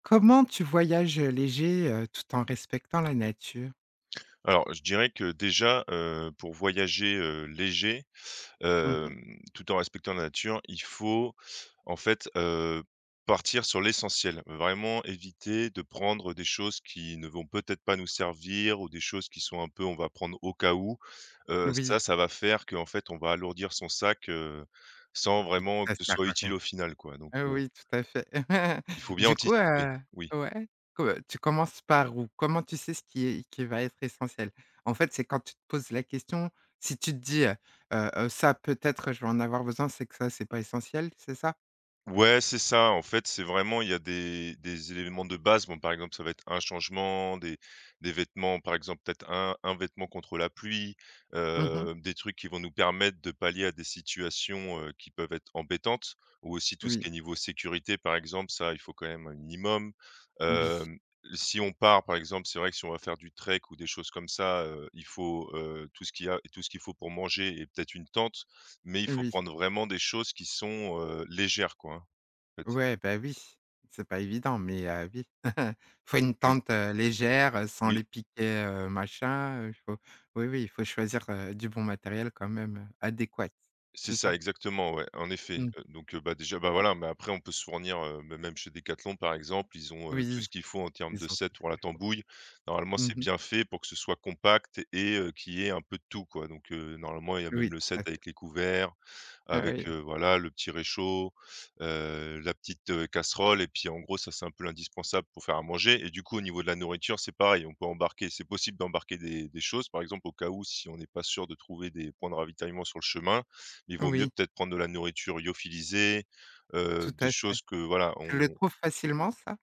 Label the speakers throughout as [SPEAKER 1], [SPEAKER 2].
[SPEAKER 1] Comment tu voyages, léger, tout en respectant la nature?
[SPEAKER 2] Alors, je dirais que déjà, pour voyager, léger,
[SPEAKER 1] Mmh.
[SPEAKER 2] hem, tout en respectant la nature, il faut en fait, partir sur l'essentiel. Vraiment éviter de prendre des choses qui ne vont peut-être pas nous servir ou des choses qui sont un peu on va prendre au cas où. Heu,
[SPEAKER 1] Oui,
[SPEAKER 2] ça, ça va faire qu'en fait on va alourdir son sac, sans
[SPEAKER 1] oui,
[SPEAKER 2] vraiment
[SPEAKER 1] ça
[SPEAKER 2] que ce
[SPEAKER 1] sert
[SPEAKER 2] soit
[SPEAKER 1] à
[SPEAKER 2] utile
[SPEAKER 1] rien.
[SPEAKER 2] au final, quoi. Donc,
[SPEAKER 1] Ah oui, tout à fait.
[SPEAKER 2] il faut bien
[SPEAKER 1] Du coup,
[SPEAKER 2] anticiper. Oui.
[SPEAKER 1] ouais, que tu commences par où? Comment tu sais ce qui va être essentiel? En fait, c'est quand tu te poses la question, si tu te dis: «Ça, peut-être, je vais en avoir besoin», c'est que ça, c'est pas essentiel, c'est ça?
[SPEAKER 2] Ouais, c'est ça. En fait, c'est vraiment il y a des éléments de base. Bon, par exemple, ça va être un changement, des vêtements, par exemple, peut-être un vêtement contre la pluie,
[SPEAKER 1] Mmh.
[SPEAKER 2] des trucs qui vont nous permettre de pallier à des situations, qui peuvent être embêtantes, ou aussi tout ce
[SPEAKER 1] Oui,
[SPEAKER 2] qui est niveau sécurité, par exemple, ça, il faut quand même un minimum. Hem, si on part, par exemple, c'est vrai que si on va faire du trek ou des choses comme ça, il faut, tout ce qu'il y a et tout ce qu'il faut pour manger et peut-être une tente, mais il
[SPEAKER 1] oui,
[SPEAKER 2] faut
[SPEAKER 1] oui.
[SPEAKER 2] prendre vraiment des choses qui sont, légères, quoi, hein fait.
[SPEAKER 1] Ouais, bah, oui, c'est pas évident, mais oui. Faut une
[SPEAKER 2] Mmh,
[SPEAKER 1] tente, légère, sans
[SPEAKER 2] oui,
[SPEAKER 1] les piquets, machin, il faut. Oui, oui, il faut choisir, du bon matériel quand même, adéquat,
[SPEAKER 2] c'est
[SPEAKER 1] c'est ça?
[SPEAKER 2] ça exactement, ouais, en effet,
[SPEAKER 1] Mmh.
[SPEAKER 2] donc bah, déjà, bah, voilà, mais après on peut se fournir, me même chez Decathlon par exemple, ils ont, tout
[SPEAKER 1] Oui,
[SPEAKER 2] ce qu'il faut en termes
[SPEAKER 1] ils
[SPEAKER 2] de
[SPEAKER 1] ont tout
[SPEAKER 2] set
[SPEAKER 1] ce
[SPEAKER 2] pour la
[SPEAKER 1] qu'il faut.
[SPEAKER 2] tambouille. Normalement, c'est
[SPEAKER 1] Mmh.
[SPEAKER 2] bien fait pour que ce soit compact et qui qu'il y ait un peu de tout, quoi, donc normalement, il y a
[SPEAKER 1] Oui,
[SPEAKER 2] même le
[SPEAKER 1] tout à
[SPEAKER 2] set
[SPEAKER 1] fait.
[SPEAKER 2] avec les couverts
[SPEAKER 1] Ah oui,
[SPEAKER 2] avec, voilà, le petit réchaud, la petite, casserole et puis, en gros, ça, c'est un peu l'indispensable pour faire à manger. Et du coup, au niveau de la nourriture, c'est pareil, on peut embarquer c'est possible d'embarquer des choses. Par exemple, au cas où, si on n'est pas sûr de trouver des points de ravitaillement sur le chemin, il vaut mieux
[SPEAKER 1] oui,
[SPEAKER 2] peut-être prendre de la nourriture lyophilisée,
[SPEAKER 1] tout
[SPEAKER 2] des
[SPEAKER 1] à fait.
[SPEAKER 2] choses que, voilà,
[SPEAKER 1] Tu le
[SPEAKER 2] on
[SPEAKER 1] trouves facilement ça?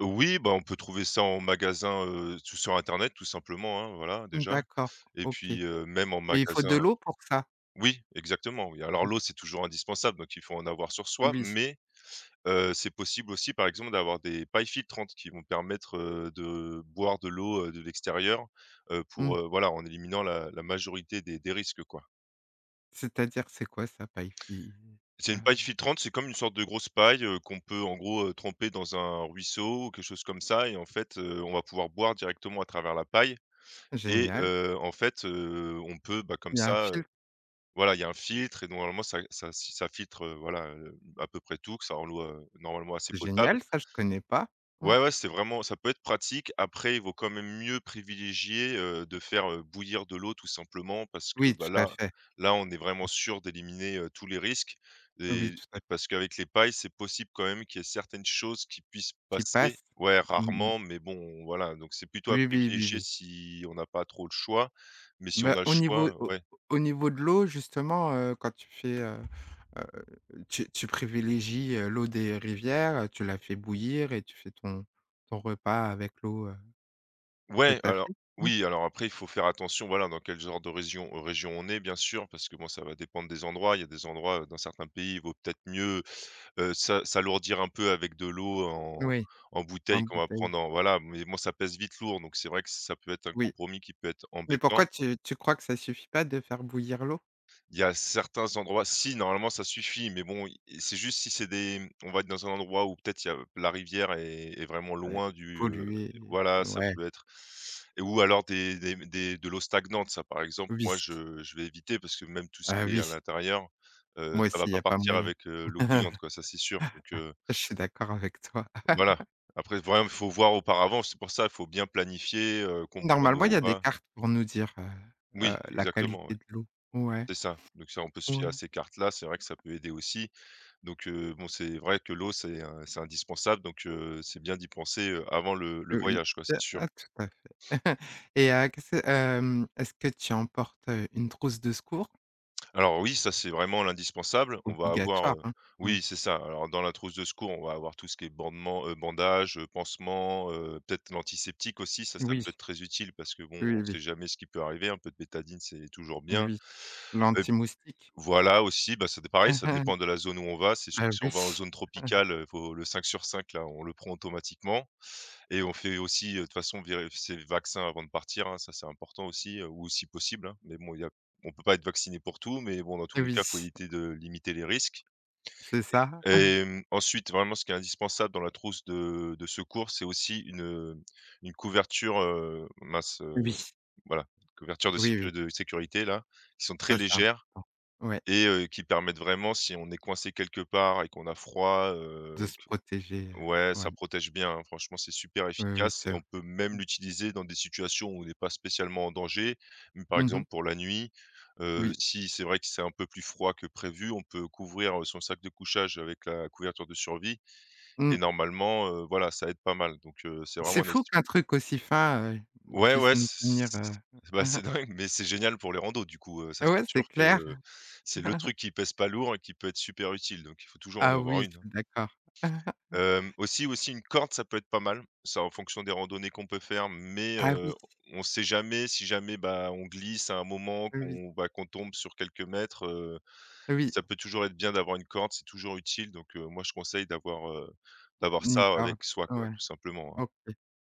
[SPEAKER 2] oui, bah, on peut trouver ça en magasin, tout sur internet, tout simplement, hein, voilà, déjà,
[SPEAKER 1] D'accord,
[SPEAKER 2] et
[SPEAKER 1] OK.
[SPEAKER 2] puis,
[SPEAKER 1] Mais
[SPEAKER 2] même en
[SPEAKER 1] il faut de
[SPEAKER 2] magasin
[SPEAKER 1] l'eau pour ça?
[SPEAKER 2] oui, exactement, oui. Alors
[SPEAKER 1] Mmh.
[SPEAKER 2] l'eau, c'est toujours indispensable, donc il faut en avoir sur soi,
[SPEAKER 1] Oui.
[SPEAKER 2] mais c'est possible aussi, par exemple, d'avoir des pailles filtrantes qui vont permettre, de boire de l'eau, de l'extérieur,
[SPEAKER 1] Mmh.
[SPEAKER 2] pour, voilà, en éliminant la majorité des risques, quoi.
[SPEAKER 1] C'est-à-dire, c'est quoi ça? Paifi?
[SPEAKER 2] C'est
[SPEAKER 1] Pas
[SPEAKER 2] une paille filtrante, c'est comme une sorte de grosse paille, qu'on peut, en gros, tremper dans un ruisseau ou quelque chose comme ça, et en fait, on va pouvoir boire directement à travers la paille. Et
[SPEAKER 1] génial.
[SPEAKER 2] en fait, on peut, bah, comme
[SPEAKER 1] Il y a un
[SPEAKER 2] ça,
[SPEAKER 1] fil.
[SPEAKER 2] voilà, il y a un filtre et normalement ça si ça filtre, voilà, à peu près tout, que ça rend l'eau, normalement assez
[SPEAKER 1] C'est
[SPEAKER 2] potable.
[SPEAKER 1] génial ça, je connais pas. Mmh.
[SPEAKER 2] Ouais, ouais, c'est vraiment ça peut être pratique. Après, il vaut quand même mieux privilégier, de faire, bouillir de l'eau tout simplement, parce que,
[SPEAKER 1] Oui, tout
[SPEAKER 2] bah,
[SPEAKER 1] à
[SPEAKER 2] là
[SPEAKER 1] fait.
[SPEAKER 2] là, on est vraiment sûr d'éliminer, tous les risques,
[SPEAKER 1] Oui,
[SPEAKER 2] et
[SPEAKER 1] tout à
[SPEAKER 2] et
[SPEAKER 1] fait.
[SPEAKER 2] parce qu'avec les pailles, c'est possible quand même qu'il y ait certaines choses qui puissent
[SPEAKER 1] Qui
[SPEAKER 2] passer.
[SPEAKER 1] passe.
[SPEAKER 2] Ouais,
[SPEAKER 1] Mmh mh.
[SPEAKER 2] rarement, mais bon, voilà, donc c'est plutôt à
[SPEAKER 1] Oui, oui, oui,
[SPEAKER 2] privilégier
[SPEAKER 1] oui.
[SPEAKER 2] si on n'a pas trop le choix, mais si on
[SPEAKER 1] Bah,
[SPEAKER 2] a le
[SPEAKER 1] au niveau
[SPEAKER 2] choix, ouais.
[SPEAKER 1] de l'eau justement, quand tu fais, heu, tu privilégies, l'eau des rivières, tu la fais bouillir et tu fais ton repas avec l'eau, que
[SPEAKER 2] Ouais,
[SPEAKER 1] tu as
[SPEAKER 2] alors
[SPEAKER 1] fait? Mmh.
[SPEAKER 2] oui, alors après, il faut faire attention, voilà, dans quel genre de région on est, bien sûr, parce que bon, ça va dépendre des endroits. Il y a des endroits, dans certains pays, il vaut peut-être mieux, s'alourdir un peu avec de l'eau en
[SPEAKER 1] Oui,
[SPEAKER 2] en
[SPEAKER 1] en
[SPEAKER 2] bouteille qu'on va
[SPEAKER 1] bouteille.
[SPEAKER 2] prendre en voilà, mais bon, ça pèse vite lourd, donc c'est vrai que ça peut être un
[SPEAKER 1] Oui.
[SPEAKER 2] compromis qui peut être
[SPEAKER 1] Mais pourquoi
[SPEAKER 2] embêtant.
[SPEAKER 1] tu crois que ça suffit pas de faire bouillir l'eau?
[SPEAKER 2] Il y a certains endroits si normalement ça suffit, mais bon, i c'est juste si c'est des on va être dans un endroit où peut-être il y a la rivière est vraiment
[SPEAKER 1] Ouais,
[SPEAKER 2] loin du,
[SPEAKER 1] polluer,
[SPEAKER 2] voilà, ça
[SPEAKER 1] ouais.
[SPEAKER 2] peut être. Et ou alors des de l'eau stagnante, ça, par exemple,
[SPEAKER 1] Oui.
[SPEAKER 2] moi, je vais éviter, parce que même tout ce
[SPEAKER 1] Ah
[SPEAKER 2] qui est à
[SPEAKER 1] oui,
[SPEAKER 2] l'intérieur,
[SPEAKER 1] moi
[SPEAKER 2] ça
[SPEAKER 1] aussi,
[SPEAKER 2] va
[SPEAKER 1] il y
[SPEAKER 2] pas
[SPEAKER 1] a pas
[SPEAKER 2] partir
[SPEAKER 1] moyen.
[SPEAKER 2] avec, l'eau bouillante, quoi, ça, c'est sûr, donc
[SPEAKER 1] Je suis d'accord avec toi.
[SPEAKER 2] voilà. Après vraiment, il faut voir auparavant, c'est pour ça, il faut bien planifier, comprendre
[SPEAKER 1] Normalement, il
[SPEAKER 2] où
[SPEAKER 1] y a
[SPEAKER 2] on
[SPEAKER 1] des
[SPEAKER 2] va.
[SPEAKER 1] cartes pour nous dire
[SPEAKER 2] Oui,
[SPEAKER 1] la
[SPEAKER 2] exactement,
[SPEAKER 1] qualité
[SPEAKER 2] ouais,
[SPEAKER 1] de l'eau. Ouais,
[SPEAKER 2] c'est ça, donc ça, on peut se fier à
[SPEAKER 1] ouais,
[SPEAKER 2] ces cartes-là, c'est vrai que ça peut aider aussi. Donc bon, c'est vrai que l'eau, c'est indispensable, donc c'est bien d'y penser, avant le
[SPEAKER 1] oui,
[SPEAKER 2] voyage, quoi, c'est sûr.
[SPEAKER 1] ah, tout à fait. Est-ce que tu emportes, une trousse de secours?
[SPEAKER 2] Alors oui, ça, c'est vraiment l'indispensable. On va avoir,
[SPEAKER 1] Obligatoire, hein? Mmh.
[SPEAKER 2] oui, c'est ça. Alors dans la trousse de secours, on va avoir tout ce qui est bandages, pansements, peut-être l'antiseptique aussi, ça
[SPEAKER 1] Oui,
[SPEAKER 2] peut être très utile, parce que, bon,
[SPEAKER 1] oui,
[SPEAKER 2] on ne sait
[SPEAKER 1] oui,
[SPEAKER 2] jamais ce qui peut arriver. Un peu de bétadine, c'est toujours bien.
[SPEAKER 1] oui.
[SPEAKER 2] Heu,
[SPEAKER 1] L'anti-moustique.
[SPEAKER 2] voilà aussi, bah, ça pareil, ça dépend de la zone où on va. C'est sûr
[SPEAKER 1] Bah,
[SPEAKER 2] que si on
[SPEAKER 1] oui,
[SPEAKER 2] va en zone tropicale, faut le 5 sur 5 là, on le prend automatiquement. Et on fait aussi, de toute façon vér ses vaccins avant de partir, hein, ça c'est important aussi, ou si possible, hein. Mais bon, il y a on peut pas être vacciné pour tout, mais bon, dans tous les
[SPEAKER 1] oui,
[SPEAKER 2] cas, faut éviter de limiter les risques.
[SPEAKER 1] c'est
[SPEAKER 2] Et
[SPEAKER 1] ça.
[SPEAKER 2] et mmh, ensuite, vraiment, ce qui est indispensable dans la trousse de secours, c'est aussi une couverture, mince,
[SPEAKER 1] Oui,
[SPEAKER 2] voilà, couverture de
[SPEAKER 1] oui, oui,
[SPEAKER 2] sécurité là, qui sont très
[SPEAKER 1] ça, c'est
[SPEAKER 2] légères
[SPEAKER 1] important. Ouais,
[SPEAKER 2] et qui permettent vraiment, si on est coincé quelque part et qu'on a froid,
[SPEAKER 1] de
[SPEAKER 2] heu.
[SPEAKER 1] se protéger,
[SPEAKER 2] Ouais,
[SPEAKER 1] ouais,
[SPEAKER 2] ça protège bien, hein. Franchement, c'est super
[SPEAKER 1] oui, oui,
[SPEAKER 2] efficace,
[SPEAKER 1] c'est
[SPEAKER 2] et
[SPEAKER 1] vrai.
[SPEAKER 2] on peut
[SPEAKER 1] Mmh
[SPEAKER 2] même l'utiliser dans des situations où on n'est pas spécialement en danger. Mais par
[SPEAKER 1] mmh.
[SPEAKER 2] exemple, pour la nuit,
[SPEAKER 1] Oui.
[SPEAKER 2] si c'est vrai que c'est un peu plus froid que prévu, on peut couvrir, son sac de couchage avec la couverture de survie, et
[SPEAKER 1] Mmh.
[SPEAKER 2] normalement, voilà, ça aide pas mal. Donc c'est
[SPEAKER 1] C'est
[SPEAKER 2] vraiment un
[SPEAKER 1] fou
[SPEAKER 2] astuce
[SPEAKER 1] qu'un truc aussi fin,
[SPEAKER 2] ouais,
[SPEAKER 1] puisse
[SPEAKER 2] ouais,
[SPEAKER 1] nous
[SPEAKER 2] c
[SPEAKER 1] tenirmmh
[SPEAKER 2] bah, c'est dingue, mais c'est génial pour les randos, du coup, ça
[SPEAKER 1] Ouais,
[SPEAKER 2] c'est
[SPEAKER 1] c'est
[SPEAKER 2] sûr que
[SPEAKER 1] clair.
[SPEAKER 2] c'est le truc qui pèse pas lourd et qui peut être super utile, donc il faut toujours
[SPEAKER 1] Ah
[SPEAKER 2] en avoir
[SPEAKER 1] oui, je
[SPEAKER 2] une, hein.
[SPEAKER 1] suis d'accord.
[SPEAKER 2] Hem, aussi aussi une corde, ça peut être pas mal. Ça en fonction des randonnées qu'on peut faire, mais
[SPEAKER 1] Ah oui,
[SPEAKER 2] on sait jamais, si jamais, bah, on glisse à un moment,
[SPEAKER 1] oui, oui,
[SPEAKER 2] qu'on bah, qu'on tombe sur quelques mètres,
[SPEAKER 1] ah oui,
[SPEAKER 2] ça peut toujours être bien d'avoir une corde, c'est toujours utile, donc moi je conseille d'avoir,
[SPEAKER 1] une
[SPEAKER 2] ça
[SPEAKER 1] corde,
[SPEAKER 2] avec soi, quoi,
[SPEAKER 1] ouais,
[SPEAKER 2] tout simplement, hein.
[SPEAKER 1] OK.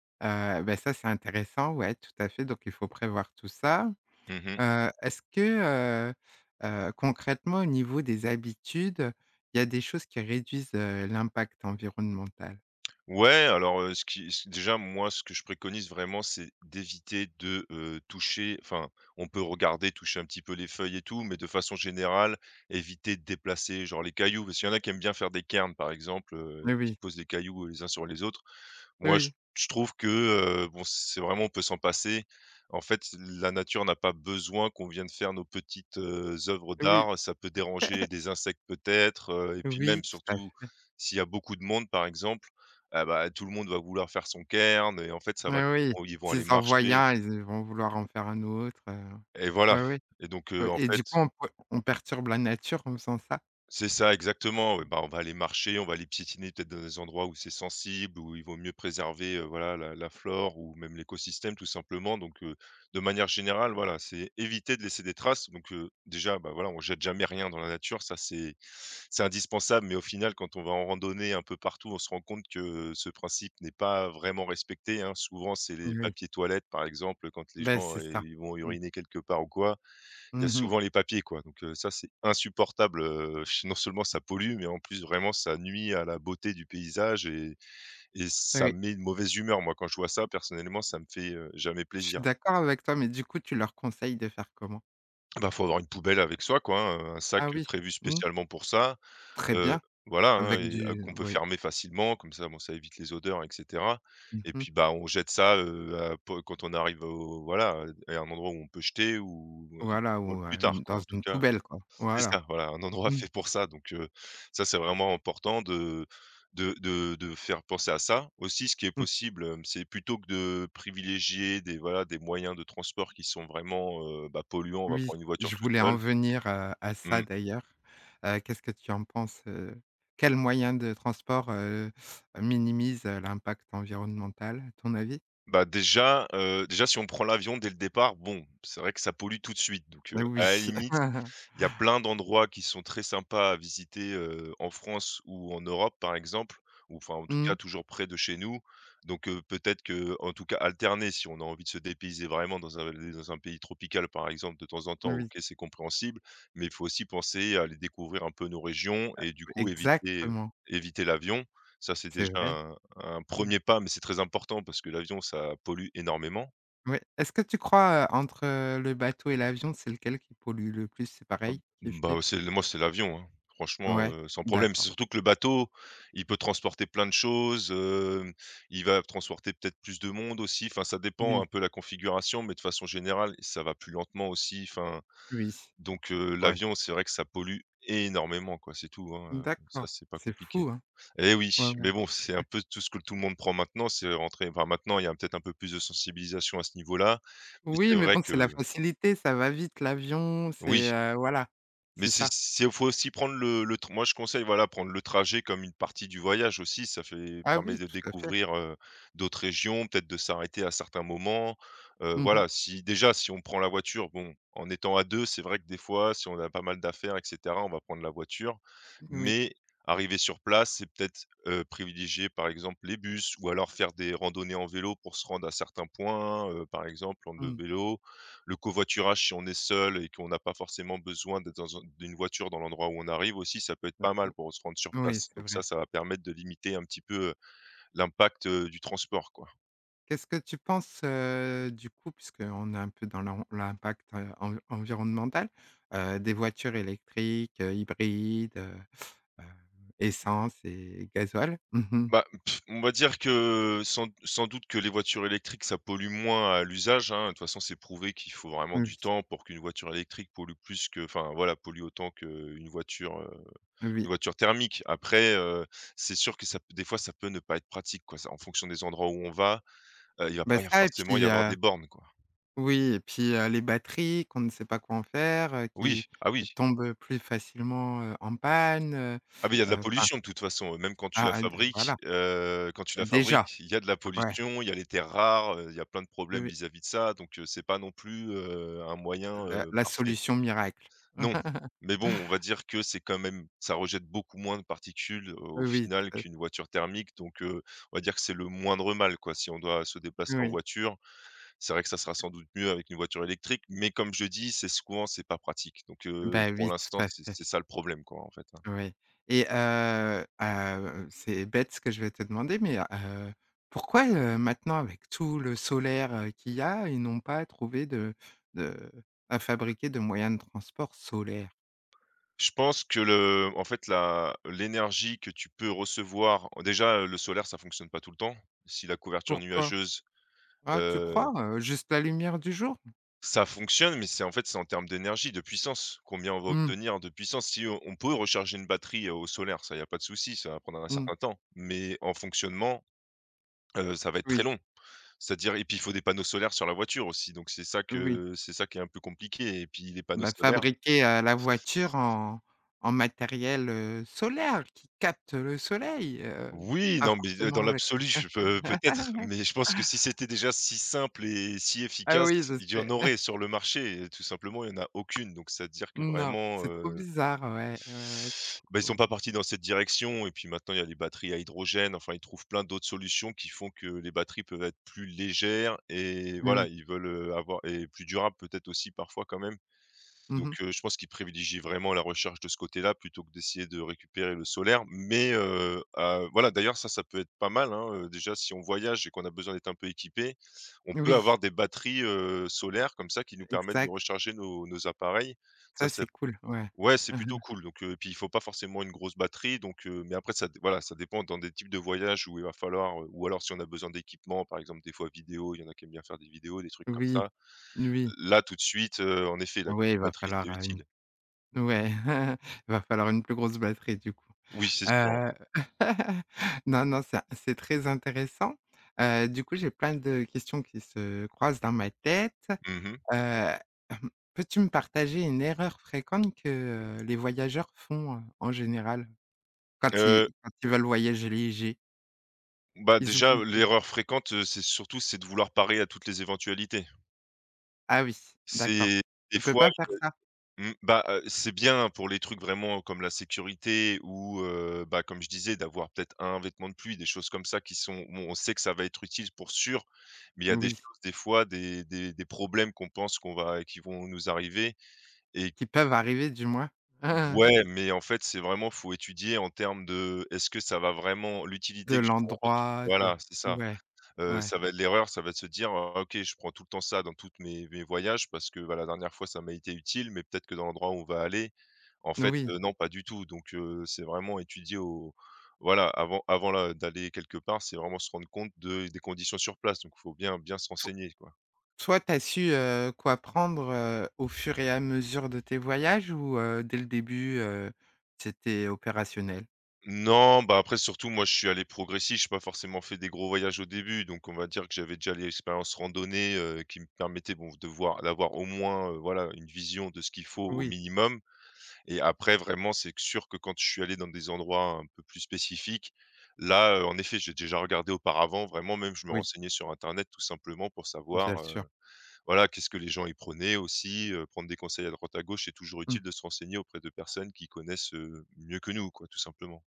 [SPEAKER 1] Bah, ça, c'est intéressant, ouais, tout à fait, donc il faut prévoir tout ça.
[SPEAKER 2] Mmh.
[SPEAKER 1] Est-ce que, heu concrètement, au niveau des habitudes, il y a des choses qui réduisent, l'impact environnemental?
[SPEAKER 2] Ouais, alors, ce qui ce déjà, moi, ce que je préconise vraiment, c'est d'éviter de, toucher enfin, on peut regarder, toucher un petit peu les feuilles et tout, mais de façon générale, éviter de déplacer, genre, les cailloux. Parce qu'il y en a qui aiment bien faire des cairns, par exemple,
[SPEAKER 1] Oui,
[SPEAKER 2] qui
[SPEAKER 1] oui,
[SPEAKER 2] posent des cailloux, les uns sur les autres. Moi, je
[SPEAKER 1] oui,
[SPEAKER 2] je trouve que, bon, c'est vraiment on peut s'en passer. En fait, la nature n'a pas besoin qu'on vienne faire nos petites, œuvres
[SPEAKER 1] oui,
[SPEAKER 2] d'art. Ça peut déranger des insectes peut-être, heu, et puis
[SPEAKER 1] oui,
[SPEAKER 2] même
[SPEAKER 1] tout à
[SPEAKER 2] surtout
[SPEAKER 1] fait.
[SPEAKER 2] s'il y a beaucoup de monde par exemple, ah bah, tout le monde va vouloir faire son cairn et en fait ça va
[SPEAKER 1] Eh oui,
[SPEAKER 2] ils vont aller
[SPEAKER 1] s'ils en voient
[SPEAKER 2] marcher
[SPEAKER 1] un, ils vont vouloir en faire un autre,
[SPEAKER 2] et voilà,
[SPEAKER 1] ouais, ouais,
[SPEAKER 2] et donc
[SPEAKER 1] ouais
[SPEAKER 2] en
[SPEAKER 1] et du
[SPEAKER 2] fait
[SPEAKER 1] coup on perturbe la nature en faisant ça?
[SPEAKER 2] C'est ça, exactement, ouais,
[SPEAKER 1] Mmh.
[SPEAKER 2] bah, on va aller marcher, on va aller piétiner peut-être dans des endroits où c'est sensible, où il vaut mieux préserver, voilà, la flore ou même l'écosystème, tout simplement, donc de manière générale, voilà, c'est éviter de laisser des traces, donc déjà, bah, voilà, on jette jamais rien dans la nature, ça c'est indispensable, mais au final quand on va en randonnée un peu partout, on se rend compte que ce principe n'est pas vraiment respecté, hein. Souvent c'est les
[SPEAKER 1] Oui,
[SPEAKER 2] papiers toilettes, par exemple, quand les
[SPEAKER 1] ben
[SPEAKER 2] gens,
[SPEAKER 1] c'est ça.
[SPEAKER 2] ils vont
[SPEAKER 1] Mmh.
[SPEAKER 2] uriner quelque part ou quoi, il y a
[SPEAKER 1] Mmh.
[SPEAKER 2] souvent les papiers, quoi, donc ça, c'est insupportable, non seulement ça pollue, mais en plus, vraiment, ça nuit à la beauté du paysage, et ça
[SPEAKER 1] Oui,
[SPEAKER 2] met une mauvaise humeur. Moi, quand je vois ça, personnellement, ça me fait, jamais
[SPEAKER 1] je suis
[SPEAKER 2] plaisir.
[SPEAKER 1] d'accord avec toi, mais du coup tu leur conseilles de faire comment?
[SPEAKER 2] Bah, faut avoir une poubelle avec soi, quoi, hein, un sac
[SPEAKER 1] Ah oui,
[SPEAKER 2] prévu
[SPEAKER 1] mmh,
[SPEAKER 2] spécialement pour ça,
[SPEAKER 1] très
[SPEAKER 2] heu,
[SPEAKER 1] bien.
[SPEAKER 2] voilà, hein,
[SPEAKER 1] Avec
[SPEAKER 2] et
[SPEAKER 1] du
[SPEAKER 2] qu'on peut
[SPEAKER 1] oui.
[SPEAKER 2] fermer facilement, comme ça, bon, ça évite les odeurs et cetera,
[SPEAKER 1] Mmh
[SPEAKER 2] et
[SPEAKER 1] mh.
[SPEAKER 2] puis, bah, on jette ça, à po quand on arrive au voilà, à un endroit où on peut jeter,
[SPEAKER 1] Voilà
[SPEAKER 2] ou
[SPEAKER 1] ou,
[SPEAKER 2] plus tard,
[SPEAKER 1] une
[SPEAKER 2] quoi,
[SPEAKER 1] dans
[SPEAKER 2] en tout
[SPEAKER 1] une
[SPEAKER 2] cas.
[SPEAKER 1] poubelle quoi.
[SPEAKER 2] C'est
[SPEAKER 1] Voilà.
[SPEAKER 2] ça, voilà, un endroit
[SPEAKER 1] Mmh
[SPEAKER 2] fait pour ça, donc ça, c'est vraiment important de faire penser à ça. Aussi, ce qui est
[SPEAKER 1] mh.
[SPEAKER 2] possible, c'est plutôt que de privilégier des, voilà, des moyens de transport qui sont vraiment, bah, polluants, on va
[SPEAKER 1] Oui,
[SPEAKER 2] prendre une voiture
[SPEAKER 1] je
[SPEAKER 2] tout
[SPEAKER 1] voulais en
[SPEAKER 2] seul.
[SPEAKER 1] venir, à ça
[SPEAKER 2] Mmh.
[SPEAKER 1] d'ailleurs. Qu'est-ce que tu en penses? Quel moyen de transport, minimise, l'impact environnemental à ton avis?
[SPEAKER 2] Bah, déjà, si on prend l'avion dès le départ, bon, c'est vrai que ça pollue tout de suite, donc
[SPEAKER 1] Heu,
[SPEAKER 2] à
[SPEAKER 1] oui.
[SPEAKER 2] la limite, il y a plein d'endroits qui sont très sympas à visiter, en France ou en Europe, par exemple, ou enfin, en tout
[SPEAKER 1] Mmh,
[SPEAKER 2] cas, toujours près de chez nous. Donc peut-être que, en tout cas, alterner si on a envie de se dépayser vraiment dans un pays tropical, par exemple, de temps en temps,
[SPEAKER 1] oui,
[SPEAKER 2] OK, c'est compréhensible, mais il faut aussi penser à aller découvrir un peu nos régions et du coup
[SPEAKER 1] exactement,
[SPEAKER 2] éviter l'avion. Ça, c'est
[SPEAKER 1] c'est vrai.
[SPEAKER 2] déjà un
[SPEAKER 1] Mmh.
[SPEAKER 2] premier pas, mais c'est très important parce que l'avion, ça pollue énormément.
[SPEAKER 1] Oui. Est-ce que tu crois, entre, le bateau et l'avion, c'est lequel qui pollue le plus? C'est
[SPEAKER 2] Ah
[SPEAKER 1] pareil? Kif
[SPEAKER 2] bah,
[SPEAKER 1] kif?
[SPEAKER 2] c'est moi, c'est l'avion, hein. Franchement,
[SPEAKER 1] Ouais,
[SPEAKER 2] sans problème.
[SPEAKER 1] d'accord.
[SPEAKER 2] C'est surtout que le bateau, il peut transporter plein de choses, il va transporter peut-être plus de monde aussi. Enfin, ça dépend
[SPEAKER 1] Oui,
[SPEAKER 2] un peu la configuration, mais de façon générale, ça va plus lentement aussi. Enfin,
[SPEAKER 1] oui,
[SPEAKER 2] donc
[SPEAKER 1] ouais.
[SPEAKER 2] l'avion, c'est vrai que ça pollue énormément, quoi, c'est tout, hein, ça,
[SPEAKER 1] D'accord,
[SPEAKER 2] c'est pas
[SPEAKER 1] c'est
[SPEAKER 2] compliqué.
[SPEAKER 1] fou, hein?
[SPEAKER 2] Et oui,
[SPEAKER 1] Ouais, ouais.
[SPEAKER 2] mais bon, c'est un peu tout ce que tout le monde prend maintenant, c'est rentrer. Enfin maintenant, il y a peut-être un peu plus de sensibilisation à ce niveau-là, mais
[SPEAKER 1] Oui,
[SPEAKER 2] c'est
[SPEAKER 1] mais
[SPEAKER 2] vrai
[SPEAKER 1] bon, c'est
[SPEAKER 2] que
[SPEAKER 1] la facilité, ça va vite l'avion, c'est,
[SPEAKER 2] oui.
[SPEAKER 1] voilà,
[SPEAKER 2] Mais
[SPEAKER 1] c'est ça.
[SPEAKER 2] c'est faut aussi prendre le tr moi je conseille, voilà, prendre le trajet comme une partie du voyage aussi. Ça fait
[SPEAKER 1] Ah
[SPEAKER 2] Permet
[SPEAKER 1] oui,
[SPEAKER 2] de
[SPEAKER 1] tout à fait.
[SPEAKER 2] découvrir, d'autres régions, peut-être de s'arrêter à certains moments.
[SPEAKER 1] Mmh mh.
[SPEAKER 2] Voilà, si déjà, si on prend la voiture, bon, en étant à deux, c'est vrai que des fois, si on a pas mal d'affaires et cetera, on va prendre la voiture.
[SPEAKER 1] Oui.
[SPEAKER 2] Mais arriver sur place, c'est peut-être, privilégier, par exemple, les bus ou alors faire des randonnées en vélo pour se rendre à certains points, par exemple, en le
[SPEAKER 1] Mmh.
[SPEAKER 2] vélo le covoiturage si on est seul et qu'on n'a pas forcément besoin d'être dans un d'une voiture dans l'endroit où on arrive aussi, ça peut être
[SPEAKER 1] Ouais,
[SPEAKER 2] pas mal
[SPEAKER 1] o
[SPEAKER 2] pour se rendre sur
[SPEAKER 1] oui,
[SPEAKER 2] place.
[SPEAKER 1] c'est
[SPEAKER 2] Donc ça,
[SPEAKER 1] vrai.
[SPEAKER 2] ça va permettre de limiter un petit peu, l'impact, du transport, quoi.
[SPEAKER 1] Qu'est-ce que tu penses, du coup, puisqu'on est un peu dans l'impact, environnemental, des voitures électriques, hybrides, heu, essence et gasoil? Mmh mh.
[SPEAKER 2] Bah, pff, on va dire que sans doute que les voitures électriques, ça pollue moins à l'usage, hein. De toute façon, c'est prouvé qu'il faut vraiment
[SPEAKER 1] Oui,
[SPEAKER 2] du temps pour qu'une voiture électrique pollue plus que, enfin, voilà, pollue autant qu'une voiture, heu, une
[SPEAKER 1] oui.
[SPEAKER 2] voiture thermique. Après, c'est sûr que ça p des fois, ça peut ne pas être pratique, quoi. Ça en fonction des endroits où on va. Il va
[SPEAKER 1] Bah,
[SPEAKER 2] pas y a
[SPEAKER 1] ça et
[SPEAKER 2] forcément y
[SPEAKER 1] puis,
[SPEAKER 2] avoir
[SPEAKER 1] heu
[SPEAKER 2] des bornes, quoi.
[SPEAKER 1] Oui et puis, les batteries qu'on ne sait pas quoi en faire, qui
[SPEAKER 2] Oui, ah
[SPEAKER 1] qui
[SPEAKER 2] oui.
[SPEAKER 1] tombent plus facilement, en panne,
[SPEAKER 2] Ah beh, il y a de la
[SPEAKER 1] enfin,
[SPEAKER 2] pollution de toute façon, même quand tu
[SPEAKER 1] ah
[SPEAKER 2] la
[SPEAKER 1] ah d voilà,
[SPEAKER 2] fabriques,
[SPEAKER 1] déjà,
[SPEAKER 2] il y a de la
[SPEAKER 1] ouais,
[SPEAKER 2] pollution, il y a les terres rares, il y a plein de problèmes
[SPEAKER 1] oui,
[SPEAKER 2] vis-à-vis de ça, donc c'est pas non plus, un moyen,
[SPEAKER 1] la la
[SPEAKER 2] parfait.
[SPEAKER 1] solution miracle.
[SPEAKER 2] Non, mais bon, on va dire que c'est quand même ça rejette beaucoup moins de particules au
[SPEAKER 1] Oui,
[SPEAKER 2] final
[SPEAKER 1] tout à
[SPEAKER 2] qu'une
[SPEAKER 1] fait,
[SPEAKER 2] voiture thermique, donc on va dire que c'est le moindre mal, quoi, si on doit se déplacer en
[SPEAKER 1] oui.
[SPEAKER 2] voiture. C'est vrai que ça sera sans doute mieux avec une voiture électrique, mais comme je dis, c'est souvent, c'est pas pratique. Donc,
[SPEAKER 1] Bah,
[SPEAKER 2] pour
[SPEAKER 1] oui, tout
[SPEAKER 2] l'instant,
[SPEAKER 1] à fait,
[SPEAKER 2] c'est ça le problème, quoi, en fait, hein.
[SPEAKER 1] oui et c'est bête ce que je vais te demander, mais, pourquoi, maintenant avec tout le solaire, qu'il y a, ils n'ont pas trouvé de à fabriquer de moyens de transport solaires?
[SPEAKER 2] Je pense que le en fait, la l'énergie que tu peux recevoir, déjà, le solaire, ça fonctionne pas tout le temps. Si la couverture
[SPEAKER 1] Pourquoi?
[SPEAKER 2] nuageuse,
[SPEAKER 1] Ah, tu
[SPEAKER 2] heu,
[SPEAKER 1] crois? Juste la lumière du jour?
[SPEAKER 2] ça fonctionne, mais c'est en fait, c'est en termes d'énergie, de puissance. Combien on va
[SPEAKER 1] Mmh,
[SPEAKER 2] obtenir de puissance? Si on peut recharger une batterie, au solaire, ça, y a pas de souci, ça va prendre un
[SPEAKER 1] mmh,
[SPEAKER 2] certain temps, mais en fonctionnement, ça va être très
[SPEAKER 1] oui,
[SPEAKER 2] long. C'est-à-dire, et puis il faut des panneaux solaires sur la voiture aussi, donc c'est ça
[SPEAKER 1] oui.
[SPEAKER 2] que c'est ça qui est un peu compliqué, et puis les panneaux
[SPEAKER 1] Bah,
[SPEAKER 2] solaires,
[SPEAKER 1] fabriquer, la voiture en matériel, solaire qui capte le soleil,
[SPEAKER 2] oui,
[SPEAKER 1] pas
[SPEAKER 2] non, mais,
[SPEAKER 1] forcément
[SPEAKER 2] dans
[SPEAKER 1] avec
[SPEAKER 2] l'absolu, je peux peut-être, mais je pense que si c'était déjà si simple et si
[SPEAKER 1] ah
[SPEAKER 2] efficace,
[SPEAKER 1] oui, je
[SPEAKER 2] il y en
[SPEAKER 1] sais.
[SPEAKER 2] aurait sur le marché, et tout simplement, il y en a aucune, donc c'est-à-dire que
[SPEAKER 1] Non,
[SPEAKER 2] vraiment,
[SPEAKER 1] c'est trop bizarre, ouais, ouais, ouais,
[SPEAKER 2] bah, ils sont
[SPEAKER 1] trop
[SPEAKER 2] pas partis dans cette direction. Et puis maintenant il y a les batteries à hydrogène, enfin ils trouvent plein d'autres solutions qui font que les batteries peuvent être plus légères et voilà,
[SPEAKER 1] oui.
[SPEAKER 2] ils veulent, avoir et plus durables peut-être aussi parfois quand même. Donc,
[SPEAKER 1] Mmh.
[SPEAKER 2] je pense qu'ils privilégient vraiment la recherche de ce côté-là plutôt que d'essayer de récupérer le solaire. Mais, ah, voilà, d'ailleurs ça, ça peut être pas mal, hein, déjà si on voyage et qu'on a besoin d'être un peu équipé, on peut
[SPEAKER 1] Oui,
[SPEAKER 2] avoir des batteries, solaires comme ça qui nous permettent de
[SPEAKER 1] exact.
[SPEAKER 2] recharger nos appareils. Ça
[SPEAKER 1] Ça, c'est
[SPEAKER 2] c'est
[SPEAKER 1] cool, ouais.
[SPEAKER 2] Ouais, c'est plutôt cool, donc, puis il faut pas forcément une grosse batterie, donc, mais après ça d voilà, ça dépend dans des types de voyages où il va falloir, ou alors si on a besoin d'équipement, par exemple des fois vidéo, il y en a qui aiment bien faire des vidéos, des trucs comme
[SPEAKER 1] Oui,
[SPEAKER 2] ça.
[SPEAKER 1] oui, oui.
[SPEAKER 2] Là tout de suite, en effet la petite
[SPEAKER 1] Ouais, il va
[SPEAKER 2] batterie
[SPEAKER 1] falloir,
[SPEAKER 2] c'est
[SPEAKER 1] heu,
[SPEAKER 2] utile.
[SPEAKER 1] Ouais, va falloir une plus grosse batterie du coup.
[SPEAKER 2] Oui, c'est sûr, ouais.
[SPEAKER 1] Heu, non, non, ça c'est très intéressant. Du coup, j'ai plein de questions qui se croisent dans ma tête.
[SPEAKER 2] Mmh mh.
[SPEAKER 1] Heu, Peux-tu me partager une erreur fréquente que, les voyageurs font, en général quand ils veulent voyager léger?
[SPEAKER 2] Bah,
[SPEAKER 1] Ils
[SPEAKER 2] déjà,
[SPEAKER 1] oublient.
[SPEAKER 2] l'erreur fréquente, c'est surtout c'est de vouloir parer à toutes les éventualités.
[SPEAKER 1] Ah oui, d'accord.
[SPEAKER 2] C'est des
[SPEAKER 1] Tu peux
[SPEAKER 2] fois
[SPEAKER 1] pas faire ça?
[SPEAKER 2] mmh, bah, c'est bien pour les trucs vraiment comme la sécurité, ou, bah, comme je disais, d'avoir peut-être un vêtement de pluie, des choses comme ça qui sont où on sait que ça va être utile pour sûr. Mais il y a des
[SPEAKER 1] Oui,
[SPEAKER 2] choses, des fois, des problèmes qu'on pense qu'on va qui vont nous arriver et
[SPEAKER 1] qui peuvent arriver du moins.
[SPEAKER 2] ouais, mais en fait, c'est vraiment, faut étudier en termes de: «Est-ce que ça va vraiment
[SPEAKER 1] De
[SPEAKER 2] l'utilité que je vais en retour.»
[SPEAKER 1] l'endroit, de
[SPEAKER 2] Voilà, c'est ça.
[SPEAKER 1] ouais, ouais,
[SPEAKER 2] Ça va être l'erreur, ça va être se dire: «Ah OK, je prends tout le temps ça dans toutes mes voyages parce que, bah, la dernière fois ça m'a été utile, mais peut-être que dans l'endroit où on va aller, en fait,
[SPEAKER 1] oui.
[SPEAKER 2] non, pas du tout». Donc c'est vraiment étudier au voilà, avant là d'aller quelque part, c'est vraiment se rendre compte de des conditions sur place, donc il faut bien se renseigner, quoi.
[SPEAKER 1] Toi, t'as su, quoi prendre, au fur et à mesure de tes voyages ou, dès le début, c'était opérationnel?
[SPEAKER 2] Non, bah, après surtout moi je suis allé progressif, j'ai pas forcément fait des gros voyages au début, donc on va dire que j'avais déjà l'expérience randonnée, qui me permettait, bon, de voir d'avoir au moins, voilà, une vision de ce qu'il faut au
[SPEAKER 1] Oui,
[SPEAKER 2] minimum. Et après vraiment, c'est sûr que quand je suis allé dans des endroits un peu plus spécifiques, là, en effet, j'ai déjà regardé auparavant, vraiment, même je me
[SPEAKER 1] oui,
[SPEAKER 2] renseignais sur internet tout simplement pour
[SPEAKER 1] bien
[SPEAKER 2] savoir,
[SPEAKER 1] sûr.
[SPEAKER 2] voilà, qu'est-ce que les gens y prenaient aussi, prendre des conseils à droite à gauche. C'est toujours
[SPEAKER 1] Mmh.
[SPEAKER 2] utile de se renseigner auprès de personnes qui connaissent, mieux que nous, quoi, tout simplement.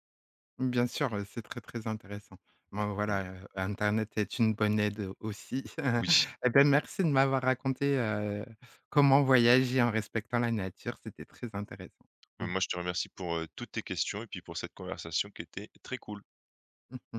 [SPEAKER 1] Bien sûr, c'est très, très intéressant. Bon
[SPEAKER 2] Mmh.
[SPEAKER 1] voilà, internet est une bonne aide, aussi.
[SPEAKER 2] Oui.
[SPEAKER 1] Eh bien, merci de m'avoir raconté, comment voyager en respectant la nature, c'était très intéressant.
[SPEAKER 2] Bah,
[SPEAKER 1] Mmh.
[SPEAKER 2] moi je te remercie pour, toutes tes questions et puis pour cette conversation qui était très cool.